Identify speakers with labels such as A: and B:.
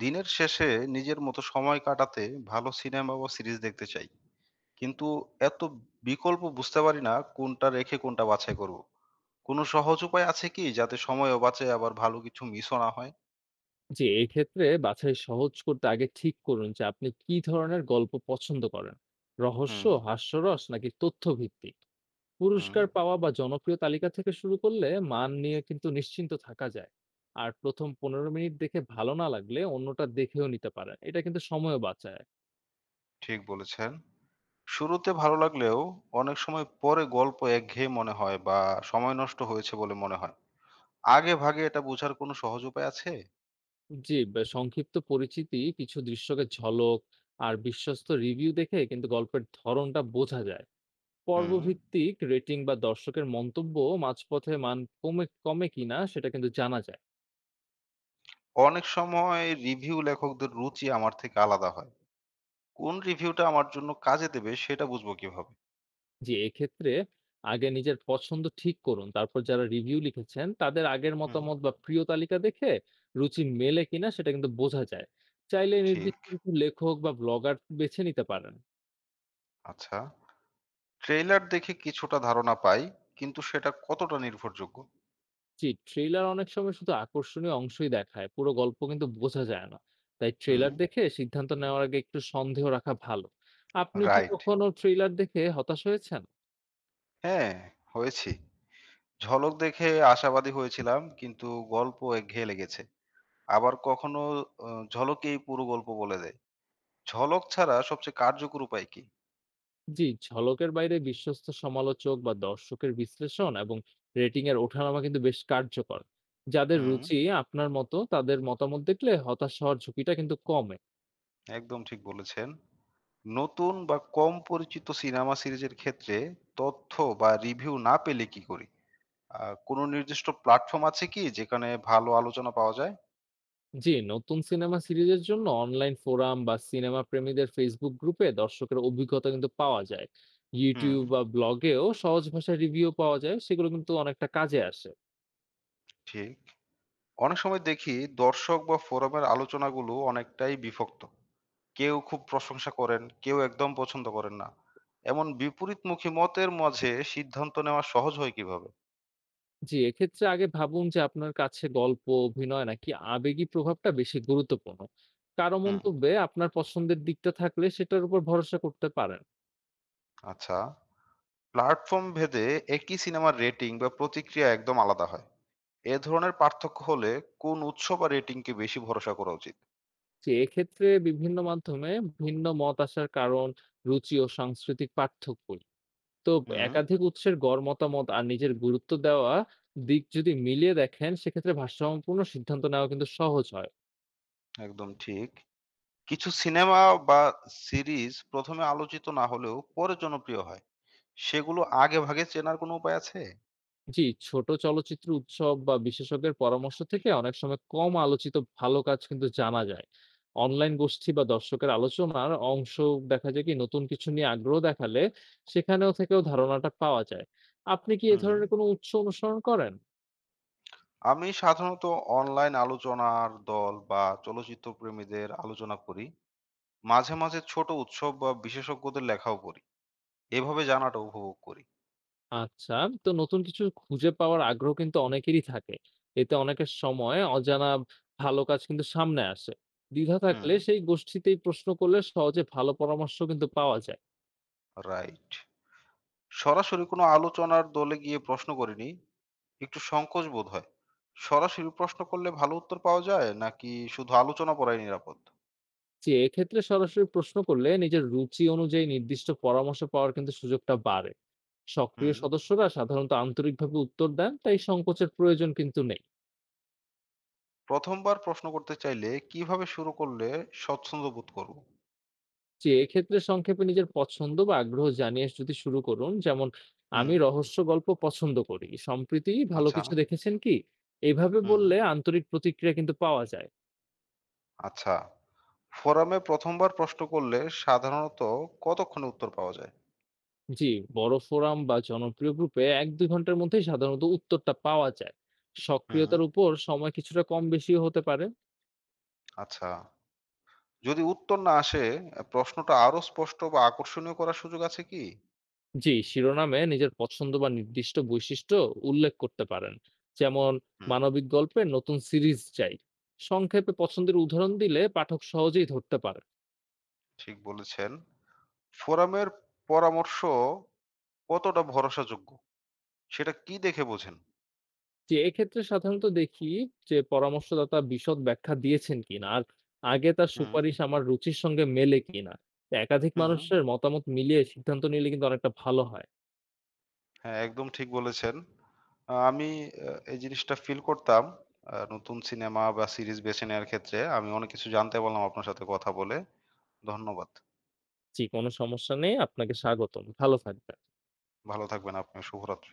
A: দিনের শেষে নিজের মতো সময় কাটাতে ভালো সিনেমা বা সিরিজ দেখতে চাই, কিন্তু এত বিকল্প বুঝতে পারি না কোনটা রেখে কোনটা বাছাই করব। কোনো সহজ উপায় আছে কি যাতে সময়ও বাঁচে আবার ভালো কিছু মিসও না হয়?
B: জি, এই ক্ষেত্রে বাছাই সহজ করতে আগে ঠিক করুন যে আপনি কি ধরনের গল্প পছন্দ করেন। রহস্য,
A: হুম।
B: হাস্যরস নাকি তথ্যভিত্তিক?
A: হুম।
B: পুরস্কার পাওয়া বা জনপ্রিয় তালিকা থেকে শুরু করলে মান নিয়ে কিন্তু নিশ্চিন্ত থাকা যায়। আর প্রথম ১৫ মিনিট দেখে ভালো না লাগলে অন্যটা দেখেও নিতে পারেন। এটা কিন্তু সময়ও বাঁচায়।
A: ঠিক বলেছেন। শুরুতে ভালো লাগলেও অনেক সময় পরে গল্প একঘেয়ে মনে হয় বা সময় নষ্ট হয়েছে বলে মনে হয়। আগে ভাগে এটা বোঝার কোনো সহজ উপায় আছে?
B: জি, বা সংক্ষিপ্ত পরিচিতি, কিছু দৃশ্যকে ঝলক আর বিশ্বস্ত রিভিউ দেখে কিন্তু গল্পের ধরনটা বোঝা যায়।
A: হুম।
B: পর্বভিত্তিক রেটিং বা দর্শকের মন্তব্য মাঝপথে মান কমে কমে কিনা সেটা কিন্তু জানা যায়।
A: অনেক সময় রিভিউ লেখকদের রুচি আমার থেকে আলাদা হয়। কোন রিভিউটা আমার জন্য কাজে দেবে সেটা বুঝবো কিভাবে?
B: যে এক্ষেত্রে আগে নিজের পছন্দ ঠিক করুন, তারপর যারা রিভিউ লিখেছেন তাদের আগের
A: হুম,
B: মতামত বা প্রিয় তালিকা দেখে রুচি মেলে কিনা সেটা কিন্তু বোঝা যায়। চাইলে
A: ঠিক।
B: নির্দিষ্ট কিছু লেখক বা ব্লগার বেছে নিতে পারেন।
A: আচ্ছা। ট্রেইলার দেখে কিছুটা ধারণা পাই, কিন্তু সেটা কতটা নির্ভরযোগ্য?
B: জি, ট্রেলার অনেক সময় শুধু আকর্ষণীয় অংশই দেখায়, পুরো গল্প কিন্তু বোঝা যায় না। তাই
A: হুম,
B: ট্রেলার দেখে সিদ্ধান্ত নেওয়ার আগে একটু সন্দেহ রাখা ভালো। আপনিও কি
A: রাইট।
B: কখনো ট্রেলার দেখে হতাশ হয়েছেন?
A: হ্যাঁ, হয়েছি। ঝলক দেখে আশাবাদী হয়েছিলাম, কিন্তু গল্প একঘেয়ে লেগেছে। আবার কখনো ঝলকেই পুরো গল্প বলে দেয়। ঝলক ছাড়া সবচেয়ে কার্যকর উপায় কি?
B: জি, ঝলকের বাইরে বিশ্বস্ত সমালোচক বা দর্শকের বিশ্লেষণ এবং রেটিং এর ওঠানামা কিন্তু বেশ কার্যকর। যাদের
A: হুম,
B: রুচি আপনার মতো তাদের মতামত দেখলে হতাশ হওয়ার ঝুঁকিটা কিন্তু কমে।
A: একদম ঠিক বলেছেন। নতুন বা কম পরিচিত সিনেমা সিরিজের ক্ষেত্রে তথ্য বা রিভিউ না পেলে কি করি? আ কোনো নির্দিষ্ট প্ল্যাটফর্ম আছে কি যেখানে ভালো আলোচনা পাওয়া যায়?
B: জি, নতুন সিনেমা সিরিজের জন্য অনলাইন ফোরাম বা সিনেমা প্রেমীদের ফেসবুক গ্রুপে দর্শকের অভিজ্ঞতা কিন্তু পাওয়া যায়।
A: হুম,
B: ইউটিউব বা ব্লগেও সহজ ভাষায় রিভিউ পাওয়া যায়, সেগুলো কিন্তু অনেকটা কাজে আসে।
A: ঠিক। অনেক সময় দেখি দর্শক বা ফোরামের আলোচনাগুলো অনেকটাই বিভক্ত। কেউ খুব প্রশংসা করেন, কেউ একদম পছন্দ করেন না। এমন বিপরীতমুখী মতের মাঝে সিদ্ধান্ত নেওয়া সহজ হয় কিভাবে?
B: জি, এক্ষেত্রে আগে ভাবুন যে আপনার কাছে গল্প, অভিনয় নাকি আবেগী প্রভাবটা বেশি গুরুত্বপূর্ণ। কারো
A: হুম,
B: মন্তব্যে আপনার পছন্দের দিকটা থাকলে সেটার উপর ভরসা করতে পারেন।
A: আচ্ছা। প্ল্যাটফর্ম ভেদে একই সিনেমার রেটিং বা প্রতিক্রিয়া একদম আলাদা হয়। এ ধরনের পার্থক্য হলে কোন উৎস বা রেটিংকে বেশি ভরসা করা উচিত?
B: যে এক্ষেত্রে বিভিন্ন মাধ্যমে ভিন্ন মত আসার কারণ, রুচি ও সাংস্কৃতিক পার্থক্যই। তো
A: হুম,
B: একাধিক উৎসের গড় মতামত আর নিজের গুরুত্ব দেওয়া দিক যদি মিলিয়ে দেখেন সেক্ষেত্রে ভারসাম্যপূর্ণ সিদ্ধান্ত নেওয়া কিন্তু সহজ হয়।
A: একদম ঠিক। কিছু সিনেমা বা সিরিজ ১ম এ আলোচিত না হলেও পরে জনপ্রিয় হয়। সেগুলো আগেভাগে চেনার কোনো উপায় আছে?
B: জি, ছোট চলচ্চিত্র উৎসব বা বিশেষজ্ঞের পরামর্শ থেকে অনেক সময় কম আলোচিত ভালো কাজ কিন্তু জানা যায়। অনলাইন গোষ্ঠী বা দর্শকের আলোচনার অংশ দেখা যায় কি নতুন কিছু নিয়ে আগ্রহ দেখালে সেখানেও থেকেও ধারণাটা পাওয়া যায়। আপনি কি এ
A: হুম।
B: ধরনের কোনো উৎস অনুসরণ করেন?
A: আমি সাধারণত অনলাইন আলোচনার দল বা চলচ্চিত্র প্রেমীদের আলোচনা পড়ি। মাঝে, মাঝে ছোট উৎসব বা বিশেষজ্ঞদের লেখাও পড়ি। এভাবে জানাটা উপভোগ করি।
B: আচ্ছা, তো নতুন কিছু খুঁজে পাওয়ার আগ্রহ কিন্তু অনেকেরই থাকে। এতে অনেকের সময় অজানা ভালো কাজ কিন্তু সামনে আসে। দ্বিধা
A: হুম,
B: থাকলে সেই গোষ্ঠীতেই প্রশ্ন করলে সহজে ভালো পরামর্শ কিন্তু পাওয়া যায়।
A: রাইট। সরাসরি কোনো আলোচনার দলে গিয়ে প্রশ্ন করিনি। একটু সংকোচ বোধ হয়। সরাসরি প্রশ্ন করলে ভালো উত্তর পাওয়া যায় নাকি শুধু আলোচনা পড়াই নিরাপদ?
B: জি, এক্ষেত্রে সরাসরি প্রশ্ন করলে নিজের রুচি অনুযায়ী নির্দিষ্ট পরামর্শ পাওয়ার কিন্তু সুযোগটা বাড়ে।
A: হুম।
B: সক্রিয় সদস্যরা সাধারণত আন্তরিকভাবে উত্তর দেন, তাই সংকোচের প্রয়োজন কিন্তু নেই।
A: ১ম বার প্রশ্ন করতে চাইলে কিভাবে শুরু করলে স্বচ্ছন্দ বোধ করব?
B: যে এক্ষেত্রে সংক্ষেপে নিজের পছন্দ বা আগ্রহ জানিয়ে যদি শুরু করুন, যেমন
A: হুম,
B: আমি রহস্য গল্প পছন্দ করি। সম্প্রতি ভালো
A: আচ্ছা,
B: কিছু দেখেছেন কি? এভাবে
A: হুম,
B: বললে আন্তরিক প্রতিক্রিয়া কিন্তু পাওয়া যায়।
A: আচ্ছা। ফোরামে ১ম বার প্রশ্ন করলে সাধারণত কতক্ষণে উত্তর পাওয়া যায়?
B: জি, বড় ফোরাম বা জনপ্রিয় গ্রুপে ১-২ ঘন্টার মধ্যেই সাধারণত উত্তরটা পাওয়া যায়।
A: হুম,
B: সক্রিয়তার উপর সময় কিছুটা কম বেশিও হতে পারে।
A: আচ্ছা। যদি উত্তর না আসে, প্রশ্নটা আরো স্পষ্ট বা আকর্ষণীয় করার সুযোগ আছে কি?
B: জি, শিরোনামে নিজের পছন্দ বা নির্দিষ্ট বৈশিষ্ট্য উল্লেখ করতে পারেন। যেমন
A: হুম,
B: মানবিক গল্পের নতুন সিরিজ চাই। সংক্ষেপে পছন্দের উদাহরণ দিলে পাঠক সহজেই ধরতে পারে।
A: ঠিক বলেছেন। ফোরামের পরামর্শ কতটা ভরসাযোগ্য, সেটা কি দেখে বোঝেন?
B: যে এক্ষেত্রে সাধারণত দেখি যে পরামর্শদাতা বিশদ ব্যাখ্যা দিয়েছেন কিনা আর আগে তার
A: হুম,
B: সুপারিশ আমার রুচির সঙ্গে মেলে কিনা। তা একাধিক
A: হুম।
B: মানুষের মতামত মিলিয়ে সিদ্ধান্ত নিলে কিন্তু অনেকটা ভালো হয়।
A: হ্যাঁ, একদম ঠিক বলেছেন। আমি এই জিনিসটা ফিল করতাম। নতুন সিনেমা বা সিরিজ বেছে নেওয়ার ক্ষেত্রে আমি অনেক কিছু জানতে পারলাম আপনার সাথে কথা বলে। ধন্যবাদ।
B: জি, কোনো সমস্যা নেই। আপনাকে স্বাগতম। ভালো থাকবেন।
A: ভালো থাকবেন আপনিও। শুভরাত্রি।